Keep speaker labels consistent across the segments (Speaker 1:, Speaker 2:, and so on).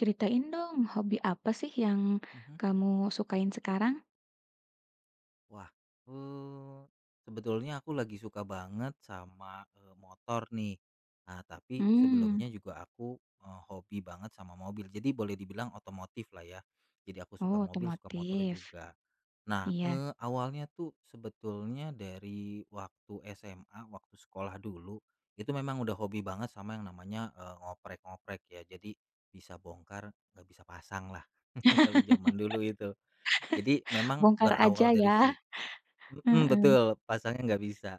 Speaker 1: Ceritain dong, hobi apa sih yang
Speaker 2: Mhm.
Speaker 1: kamu sukain sekarang?
Speaker 2: Wah, eee, sebetulnya aku lagi suka banget sama, motor nih. Nah, tapi
Speaker 1: Hmm,
Speaker 2: sebelumnya juga aku, hobi banget sama mobil. Jadi boleh dibilang otomotif lah ya. Jadi aku suka
Speaker 1: oh
Speaker 2: mobil, suka motor
Speaker 1: otomotif,
Speaker 2: juga. Nah,
Speaker 1: iya.
Speaker 2: awalnya tuh sebetulnya dari waktu SMA, waktu sekolah dulu, itu memang udah hobi banget sama yang namanya, ngoprek-ngoprek ya. Jadi bisa bongkar, nggak bisa pasang lah kalau zaman dulu itu. Jadi memang
Speaker 1: Bongkar
Speaker 2: berawal
Speaker 1: aja
Speaker 2: dari
Speaker 1: ya,
Speaker 2: si. Mhm,
Speaker 1: heeh.
Speaker 2: betul, pasangnya nggak bisa.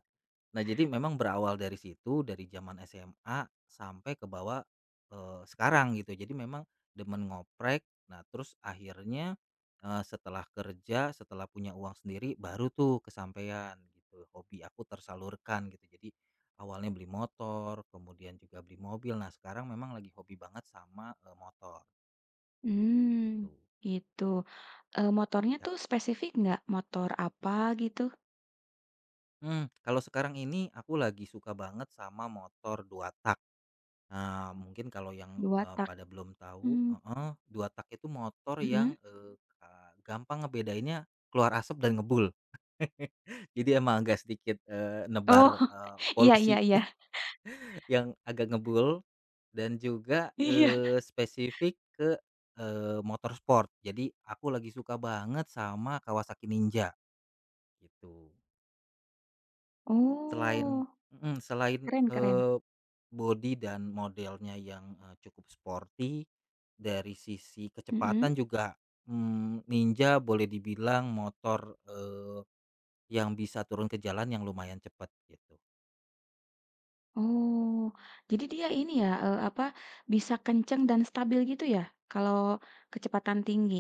Speaker 2: Nah, jadi memang berawal dari situ, dari zaman SMA sampai ke bawah, sekarang gitu. Jadi memang demen ngoprek, nah terus akhirnya, setelah kerja, setelah punya uang sendiri, baru tuh kesampaian gitu, hobi aku tersalurkan gitu. Jadi awalnya beli motor, kemudian juga beli mobil, nah sekarang memang lagi hobi banget sama, motor
Speaker 1: Mmm,
Speaker 2: gitu,
Speaker 1: gitu. Motornya
Speaker 2: ya.
Speaker 1: tuh spesifik nggak? Motor apa gitu?
Speaker 2: Kalau sekarang ini aku lagi suka banget sama motor 2 tak. Nah, mungkin kalau yang,
Speaker 1: Dua tak?
Speaker 2: pada belum tahu
Speaker 1: Mmm,
Speaker 2: heeh, 2 tak itu motor yang,
Speaker 1: mhm.
Speaker 2: eee, eee, gampang ngebedainnya keluar asap dan ngebul. Jadi emang agak sedikit,
Speaker 1: Oh,
Speaker 2: nebar,
Speaker 1: iya iya
Speaker 2: polusi
Speaker 1: iya,
Speaker 2: yang agak ngebul dan juga,
Speaker 1: iya.
Speaker 2: spesifik ke, motor sport. Jadi aku lagi suka banget sama Kawasaki Ninja, gitu. Selain
Speaker 1: Oh,
Speaker 2: mhm, selain,
Speaker 1: keren keren,
Speaker 2: eee, bodi dan modelnya yang, cukup sporty, dari sisi
Speaker 1: mhm.
Speaker 2: kecepatan juga, Ninja boleh dibilang motor, yang bisa turun ke jalan yang lumayan cepat gitu.
Speaker 1: Oh, jadi dia ini ya, apa, bisa kenceng dan stabil gitu ya, kalau kecepatan tinggi?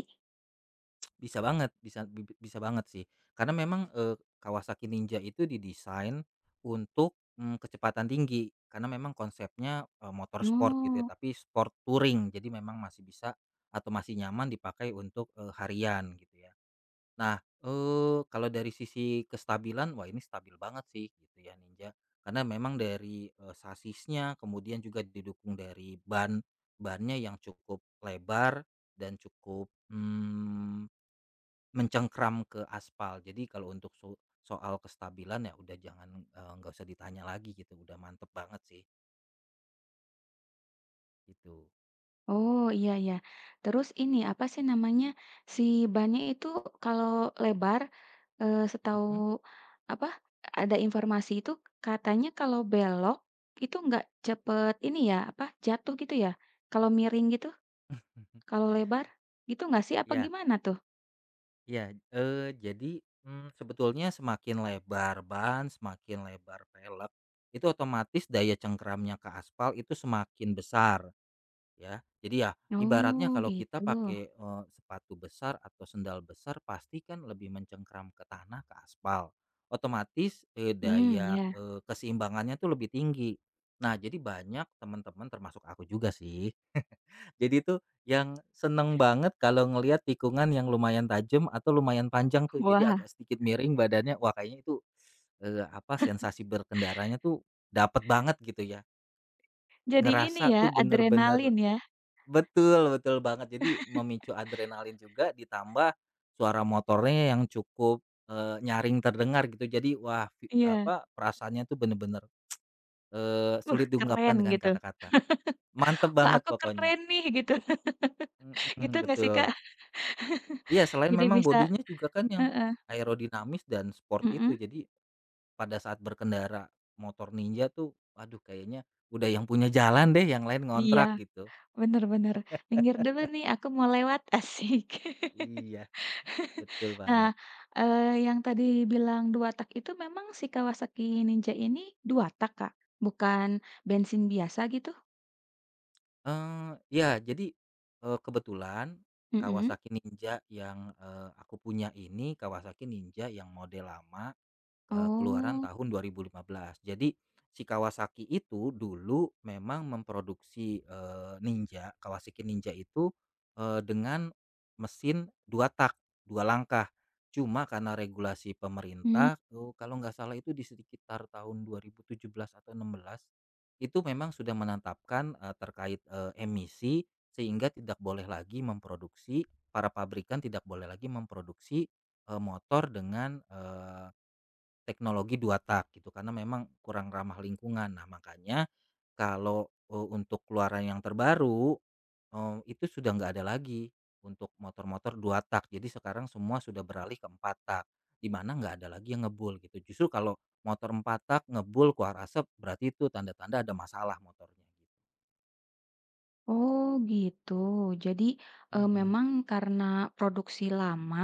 Speaker 2: Bisa banget sih. Karena memang, Kawasaki Ninja itu didesain untuk, kecepatan tinggi. Karena memang konsepnya, motor sport gitu ya,
Speaker 1: Oh,
Speaker 2: tapi sport touring. Jadi memang masih bisa atau masih nyaman dipakai untuk, harian gitu ya. Nah, kalau dari sisi kestabilan, wah ini stabil banget sih gitu ya Ninja. Karena memang dari, sasisnya kemudian juga didukung dari bannya yang cukup lebar dan cukup, mencengkram ke aspal. Jadi kalau untuk soal kestabilan ya udah jangan, nggak usah ditanya lagi gitu, udah mantep banget sih, gitu.
Speaker 1: oh, iya iya. Terus ini, apa sih namanya, si bannya itu kalau lebar, setahu
Speaker 2: Mhm.
Speaker 1: apa, ada informasi itu katanya kalau belok itu nggak cepet ini ya, apa, jatuh gitu ya? Kalau miring gitu, kalau lebar, gitu nggak sih? Apa
Speaker 2: Ya,
Speaker 1: gimana tuh?
Speaker 2: iya, jadi, sebetulnya semakin lebar ban, semakin lebar pelek, itu otomatis daya cengkramnya ke aspal itu semakin besar. Ya, jadi ya ibaratnya
Speaker 1: Oh,
Speaker 2: kalau kita
Speaker 1: gitu.
Speaker 2: pakai, sepatu besar atau sendal besar pasti kan lebih mencengkram ke tanah, ke aspal. Otomatis,
Speaker 1: Hmm,
Speaker 2: daya,
Speaker 1: ya.
Speaker 2: keseimbangannya tuh lebih tinggi. Nah, jadi banyak teman-teman termasuk aku juga sih, jadi tuh yang seneng banget kalau ngelihat tikungan yang lumayan tajam atau lumayan panjang tuh, jadi
Speaker 1: Wah.
Speaker 2: agak sedikit miring badannya. Wah kayaknya itu, apa, sensasi berkendaranya tuh dapat banget gitu ya.
Speaker 1: Jadi ini
Speaker 2: Ngerasa
Speaker 1: ya,
Speaker 2: tuh bener-bener.
Speaker 1: adrenalin ya?
Speaker 2: Betul, betul banget. Jadi memicu adrenalin juga ditambah suara motornya yang cukup, nyaring terdengar gitu. Jadi wah
Speaker 1: Iya,
Speaker 2: apa, perasaannya tuh bener-bener, sulit diungkapkan
Speaker 1: keren,"
Speaker 2: dengan
Speaker 1: gitu.
Speaker 2: kata-kata. Mantep
Speaker 1: "Wah,
Speaker 2: banget
Speaker 1: aku
Speaker 2: pokoknya.
Speaker 1: keren nih," gitu. Gitu
Speaker 2: Mhm,
Speaker 1: nggak sih, Kak?
Speaker 2: betul. Iya, selain
Speaker 1: Jadi
Speaker 2: memang
Speaker 1: bisa
Speaker 2: bodinya juga kan yang
Speaker 1: heeh,
Speaker 2: aerodinamis dan sport itu.
Speaker 1: mhm,
Speaker 2: Jadi pada saat berkendara motor Ninja tuh, waduh kayaknya udah yang punya jalan deh, yang lain
Speaker 1: iya,
Speaker 2: ngontrak gitu.
Speaker 1: bener bener. "Minggir dulu nih, aku mau lewat," asik.
Speaker 2: Iya, betul
Speaker 1: Nah,
Speaker 2: banget.
Speaker 1: eee, yang tadi bilang 2 tak itu memang si Kawasaki Ninja ini 2 tak, Kak? Bukan bensin biasa gitu?
Speaker 2: Iya, jadi, kebetulan
Speaker 1: Mhm.
Speaker 2: Kawasaki Ninja yang, aku punya ini Kawasaki Ninja yang model lama. Keluaran
Speaker 1: Oh,
Speaker 2: tahun 2015. Jadi si Kawasaki itu dulu memang memproduksi, Ninja, Kawasaki Ninja itu, dengan mesin 2 tak, 2 langkah. Cuma karena regulasi
Speaker 1: mmm.
Speaker 2: pemerintah, kalau nggak salah itu di sekitar tahun 2017 atau 16, itu memang sudah menetapkan, terkait, emisi sehingga tidak boleh lagi memproduksi, para pabrikan tidak boleh lagi memproduksi, motor dengan, eh, teknologi dua tak gitu karena memang kurang ramah lingkungan. Nah makanya kalau, untuk keluaran yang terbaru, itu sudah nggak ada lagi untuk motor-motor dua tak. Jadi sekarang semua sudah beralih ke empat tak, di mana nggak ada lagi yang ngebul gitu. Justru kalau motor empat tak ngebul keluar asap berarti itu tanda-tanda ada masalah motornya gitu.
Speaker 1: Oh gitu. Jadi,
Speaker 2: Mhm,
Speaker 1: memang karena produksi lama,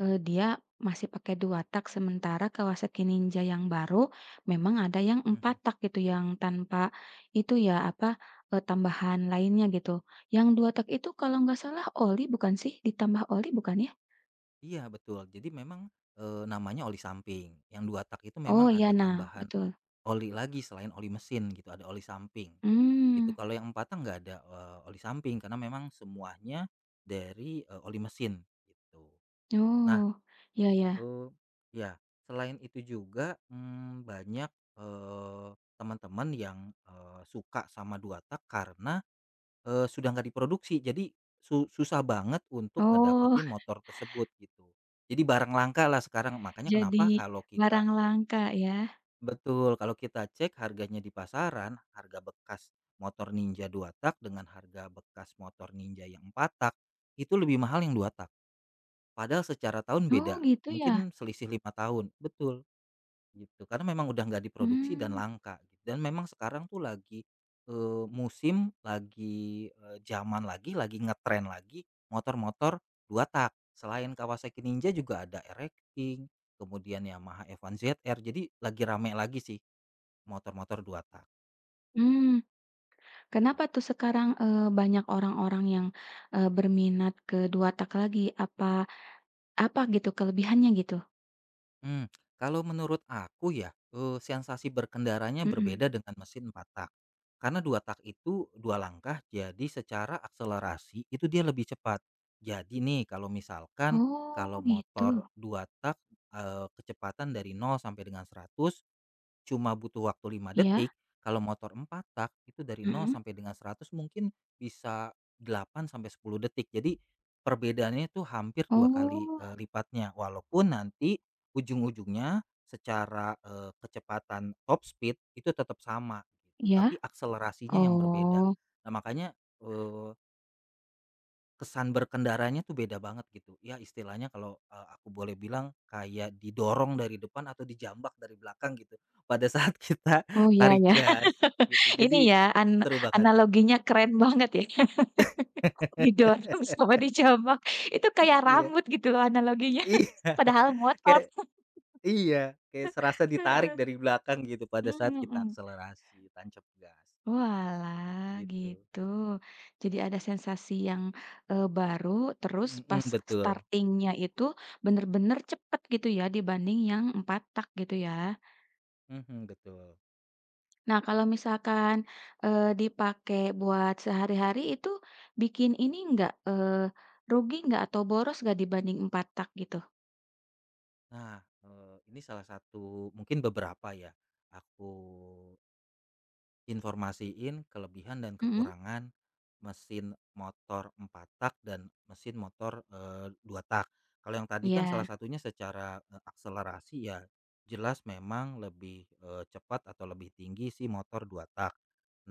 Speaker 1: dia masih pakai 2 tak, sementara Kawasaki Ninja yang baru memang ada yang 4
Speaker 2: mhm.
Speaker 1: tak gitu, yang tanpa itu ya, apa, tambahan lainnya gitu. Yang 2 tak itu kalau nggak salah oli bukan sih? Ditambah oli bukan ya?
Speaker 2: Iya, betul. Jadi memang, namanya oli samping. Yang dua tak itu
Speaker 1: Oh
Speaker 2: memang
Speaker 1: iya,
Speaker 2: ada
Speaker 1: nah
Speaker 2: tambahan
Speaker 1: betul.
Speaker 2: oli lagi selain oli mesin gitu, ada oli samping, gitu.
Speaker 1: Hmm.
Speaker 2: Kalau yang Empatang nggak ada, oli samping karena memang semuanya dari, oli mesin gitu. Nah,
Speaker 1: Oh, ya ya.
Speaker 2: eee, ya selain itu juga, banyak, eee, teman-teman yang, suka sama 2 tak karena, sudah nggak diproduksi jadi susah banget untuk
Speaker 1: Oh,
Speaker 2: ngedapetin motor tersebut gitu. Jadi barang langka lah sekarang makanya
Speaker 1: jadi
Speaker 2: kenapa kalau kita.
Speaker 1: barang langka ya?
Speaker 2: Betul, kalau kita cek harganya di pasaran, harga bekas motor Ninja 2 tak dengan harga bekas motor Ninja yang 4 tak itu lebih mahal yang 2 tak. Padahal secara tahun beda,
Speaker 1: Oh gitu ya?
Speaker 2: mungkin selisih 5 tahun. Betul, gitu. Karena memang udah nggak diproduksi dan
Speaker 1: Hmm.
Speaker 2: langka gitu. Dan memang sekarang tuh lagi musim, lagi zaman lagi ngetren lagi motor-motor 2 tak. Selain Kawasaki Ninja juga ada r X King, kemudian Yamaha F1 ZR. Jadi lagi rame lagi sih motor-motor 2 tak
Speaker 1: Hmm.
Speaker 2: gitu.
Speaker 1: Kenapa tuh sekarang, banyak orang-orang yang, berminat kedua tak lagi? Apa apa gitu kelebihannya gitu?
Speaker 2: Mmm, Kalau menurut aku ya, sensasi berkendaranya
Speaker 1: Mhm.
Speaker 2: berbeda dengan mesin 4 tak. Karena 2 tak itu 2 langkah, jadi secara akselerasi itu dia lebih cepat. Jadi nih kalau misalkan,
Speaker 1: Oh
Speaker 2: kalau
Speaker 1: gitu,
Speaker 2: motor 2 tak, kecepatan dari nol sampai dengan 100 cuma butuh waktu lima
Speaker 1: iya,
Speaker 2: detik, kalau motor 4 tak itu dari nol
Speaker 1: mhm.
Speaker 2: sampai dengan 100 mungkin bisa 8 sampai 10 detik. Jadi perbedaannya itu hampir 2 kali,
Speaker 1: Oh,
Speaker 2: lipatnya. Walaupun nanti ujung-ujungnya secara, kecepatan top speed itu tetap sama gitu,
Speaker 1: ya?
Speaker 2: tapi akselerasinya yang berbeda.
Speaker 1: Oh,
Speaker 2: Nah makanya, kesan berkendaranya tuh beda banget gitu, ya istilahnya kalau, aku boleh bilang kayak didorong dari depan atau dijambak dari belakang gitu, pada saat kita
Speaker 1: oh ya
Speaker 2: tarik
Speaker 1: ya.
Speaker 2: gas gitu.
Speaker 1: Ini
Speaker 2: Jadi
Speaker 1: ya an
Speaker 2: seru banget.
Speaker 1: analoginya keren banget ya. Didorong sama dijambak, itu kayak
Speaker 2: Iya,
Speaker 1: rambut gitu loh analoginya,
Speaker 2: iya,
Speaker 1: padahal motor.
Speaker 2: kayak iya, kayak serasa ditarik
Speaker 1: Heeh.
Speaker 2: dari belakang gitu pada saat
Speaker 1: Mmm,
Speaker 2: kita
Speaker 1: mhm.
Speaker 2: akselerasi, tancap gas,
Speaker 1: Walah,
Speaker 2: gitu.
Speaker 1: gitu. Jadi ada sensasi yang, baru, terus
Speaker 2: Mhm,
Speaker 1: pas
Speaker 2: betul,
Speaker 1: startingnya itu bener-bener cepet gitu ya, dibanding yang 4 tak gitu ya.
Speaker 2: mhm, betul.
Speaker 1: Nah, kalau misalkan, dipakai buat sehari-hari itu bikin ini nggak, rugi nggak atau boros nggak dibanding empat tak gitu?
Speaker 2: Nah, ini salah satu mungkin beberapa ya, aku informasiin kelebihan dan
Speaker 1: Mhm,
Speaker 2: kekurangan mesin motor 4 tak dan mesin motor, 2 tak. Kalau yang tadi kan salah
Speaker 1: ya.
Speaker 2: satunya secara, akselerasi ya jelas memang lebih, cepat atau lebih tinggi si motor 2 tak.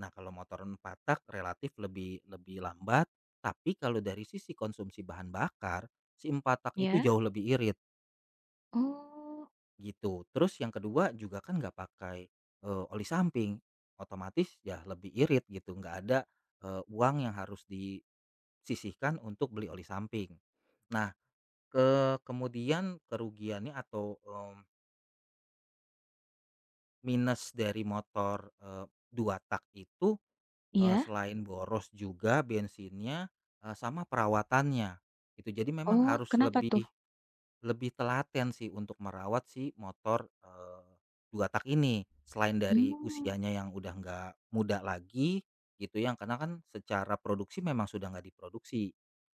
Speaker 2: Nah kalau motor 4 tak relatif lebih lebih lambat, tapi kalau dari sisi konsumsi bahan bakar, si 4 tak itu
Speaker 1: Iya?
Speaker 2: jauh lebih irit.
Speaker 1: Oh,
Speaker 2: Gitu. Terus yang kedua juga kan nggak pakai, oli samping, otomatis ya lebih irit gitu, nggak ada, uang yang harus disisihkan untuk beli oli samping. Nah, kemudian kerugiannya atau, minus dari motor, 2 tak itu,
Speaker 1: ya.
Speaker 2: selain boros juga bensinnya, sama perawatannya, gitu. Jadi memang
Speaker 1: Oh,
Speaker 2: harus
Speaker 1: kenapa tuh?
Speaker 2: lebih Lebih telaten sih untuk merawat si motor, 2 tak ini. Selain dari
Speaker 1: Mmm,
Speaker 2: usianya yang udah nggak muda lagi gitu yang karena kan secara produksi memang sudah nggak diproduksi,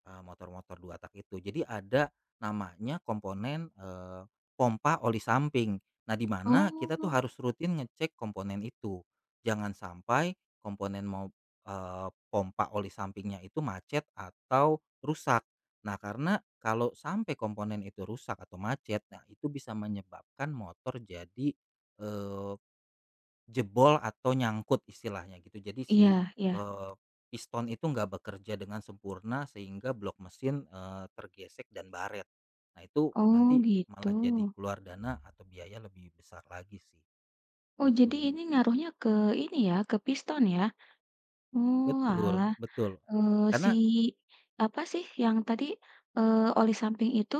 Speaker 2: motor-motor 2 tak itu. Jadi ada namanya komponen, pompa oli samping. Nah, di mana kita tuh
Speaker 1: oh,
Speaker 2: harus rutin ngecek komponen itu. Jangan sampai komponen pompa oli sampingnya itu macet atau rusak. Nah, karena kalau sampai komponen itu rusak atau macet, nah itu bisa menyebabkan motor jadi, eee, jebol atau nyangkut istilahnya gitu. Jadi si,
Speaker 1: iya iya.
Speaker 2: eee, piston itu nggak bekerja dengan sempurna sehingga blok mesin, tergesek dan baret. Nah itu
Speaker 1: Oh,
Speaker 2: nanti
Speaker 1: gitu.
Speaker 2: malah jadi keluar dana atau biaya lebih besar lagi sih,
Speaker 1: Oh, jadi
Speaker 2: gitu.
Speaker 1: ini ngaruhnya ke ini ya, ke piston ya? Oh,
Speaker 2: Betul,
Speaker 1: alah,
Speaker 2: betul.
Speaker 1: si
Speaker 2: Karena
Speaker 1: apa sih yang tadi, oli samping itu,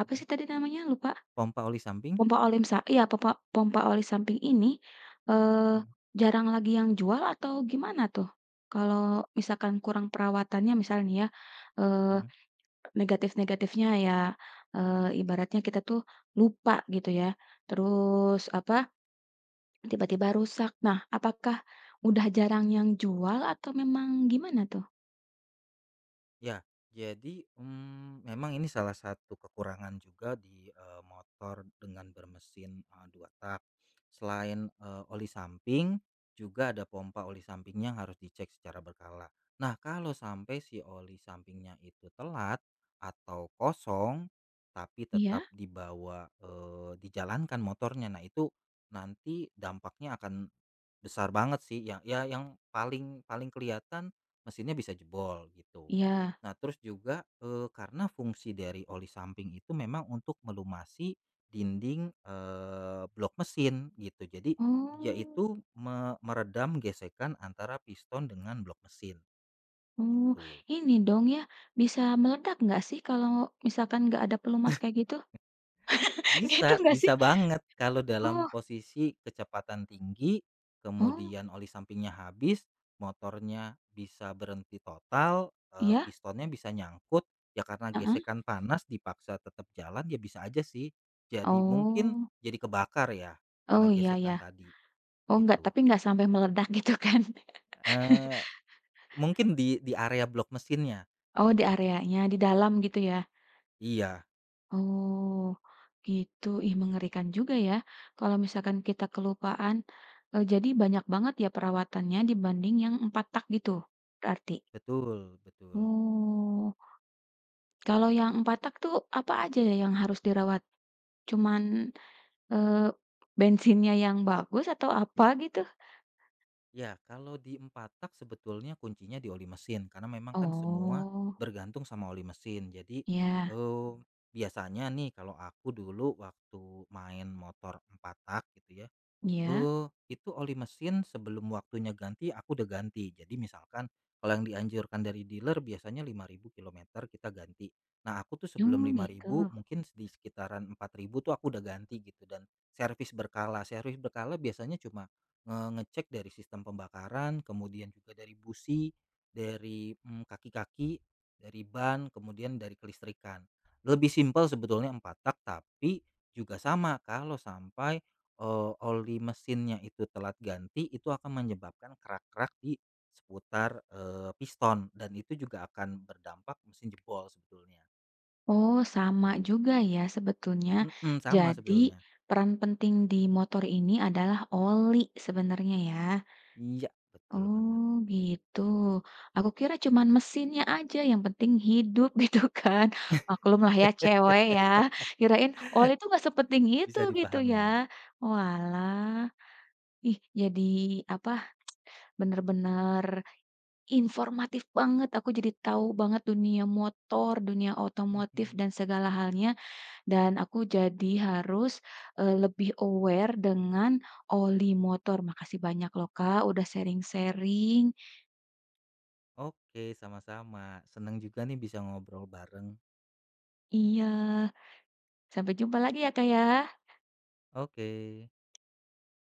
Speaker 1: apa sih tadi namanya? Lupa.
Speaker 2: pompa oli samping.
Speaker 1: Pompa oli sa iya, pompa pompa oli samping ini, eee,
Speaker 2: Mhm,
Speaker 1: jarang lagi yang jual atau gimana tuh? Kalau misalkan kurang perawatannya misal nih ya, eee,
Speaker 2: mhm.
Speaker 1: negatif-negatifnya ya, ibaratnya kita tuh lupa gitu ya, terus apa, tiba-tiba rusak. Nah, apakah udah jarang yang jual atau memang gimana tuh?
Speaker 2: Ya, jadi, memang ini salah satu kekurangan juga di, motor dengan bermesin, 2 tak. Selain, oli samping, juga ada pompa oli sampingnya yang harus dicek secara berkala. Nah, kalau sampai si oli sampingnya itu telat atau kosong, tapi
Speaker 1: Iya?
Speaker 2: tetap dibawa, dijalankan motornya, nah itu nanti dampaknya akan besar banget sih yang ya yang paling paling kelihatan mesinnya bisa jebol gitu.
Speaker 1: Iya.
Speaker 2: Nah terus juga, karena fungsi dari oli samping itu memang untuk melumasi dinding, blok mesin gitu. Jadi dia
Speaker 1: Oh.
Speaker 2: itu meredam gesekan antara piston dengan blok mesin
Speaker 1: Oh,
Speaker 2: gitu.
Speaker 1: ini dong ya, bisa meledak nggak sih kalau misalkan nggak ada pelumas kayak gitu? Gitu
Speaker 2: Bisa,
Speaker 1: nggak sih?
Speaker 2: bisa banget kalau dalam
Speaker 1: Oh.
Speaker 2: posisi kecepatan tinggi,
Speaker 1: Oh,
Speaker 2: kemudian oli sampingnya habis, motornya bisa berhenti total,
Speaker 1: iya?
Speaker 2: pistonnya bisa nyangkut, ya karena
Speaker 1: Heeh.
Speaker 2: gesekan panas dipaksa tetap jalan, ya bisa aja sih jadi mungkin
Speaker 1: Oh.
Speaker 2: jadi kebakar ya karena
Speaker 1: Oh, iya ya.
Speaker 2: gesekan tadi
Speaker 1: Oh, nggak
Speaker 2: gitu.
Speaker 1: tapi nggak sampai meledak gitu kan?
Speaker 2: Eee, Mungkin di area blok mesinnya
Speaker 1: Oh, di
Speaker 2: gitu.
Speaker 1: areanya, di dalam gitu ya?
Speaker 2: Iya,
Speaker 1: Oh, gitu. Ih, mengerikan juga ya. Kalau misalkan kita kelupaan, eh, jadi banyak banget ya perawatannya dibanding yang empat tak gitu, berarti.
Speaker 2: betul, betul.
Speaker 1: Oh, kalau yang empat tak tuh apa aja ya yang harus dirawat? Cuman eh, bensinnya yang bagus atau apa gitu?
Speaker 2: Ya, kalau di 4 tak sebetulnya kuncinya di oli mesin karena memang kan semua
Speaker 1: Oh,
Speaker 2: bergantung sama oli mesin. Jadi,
Speaker 1: ya,
Speaker 2: eee, biasanya nih kalau aku dulu waktu main motor 4 tak gitu ya,
Speaker 1: ya.
Speaker 2: itu oli mesin sebelum waktunya ganti aku udah ganti. Jadi misalkan kalau yang dianjurkan dari dealer biasanya 5.000 kilometer kita ganti. Nah, aku tuh sebelum
Speaker 1: Hmm,
Speaker 2: 5.000
Speaker 1: gitu.
Speaker 2: mungkin di sekitaran 4.000 tuh aku udah ganti gitu dan servis berkala. Servis berkala biasanya cuma ngecek dari sistem pembakaran, kemudian juga dari busi, dari, kaki-kaki, dari ban, kemudian dari kelistrikan. Lebih simpel sebetulnya 4 tak, tapi juga sama kalau sampai oli mesinnya itu telat ganti, itu akan menyebabkan kerak-kerak di seputar, piston dan itu juga akan berdampak mesin jebol sebetulnya,
Speaker 1: Oh, sama
Speaker 2: gitu.
Speaker 1: juga ya sebetulnya.
Speaker 2: Mhm, sama
Speaker 1: Jadi,
Speaker 2: sebetulnya.
Speaker 1: peran penting di motor ini adalah oli sebenarnya ya.
Speaker 2: Iya, betul banget.
Speaker 1: Oh, gitu. Aku kira cuman mesinnya aja yang penting hidup gitu kan. Maklumlah ya cewek ya. Kirain oli itu nggak sepenting itu
Speaker 2: Bisa
Speaker 1: gitu ya.
Speaker 2: dipahami.
Speaker 1: Walah. Ih, jadi apa? Bener-bener informatif banget. Aku jadi tahu banget dunia motor, dunia otomotif
Speaker 2: Mhm.
Speaker 1: dan segala halnya. Dan aku jadi harus, lebih aware dengan oli motor. Makasih banyak loh, Kak, udah sharing-sharing.
Speaker 2: Oke, sama-sama. Senang juga nih bisa ngobrol bareng.
Speaker 1: Iya, sampai jumpa lagi ya, Kak, ya.
Speaker 2: Oke.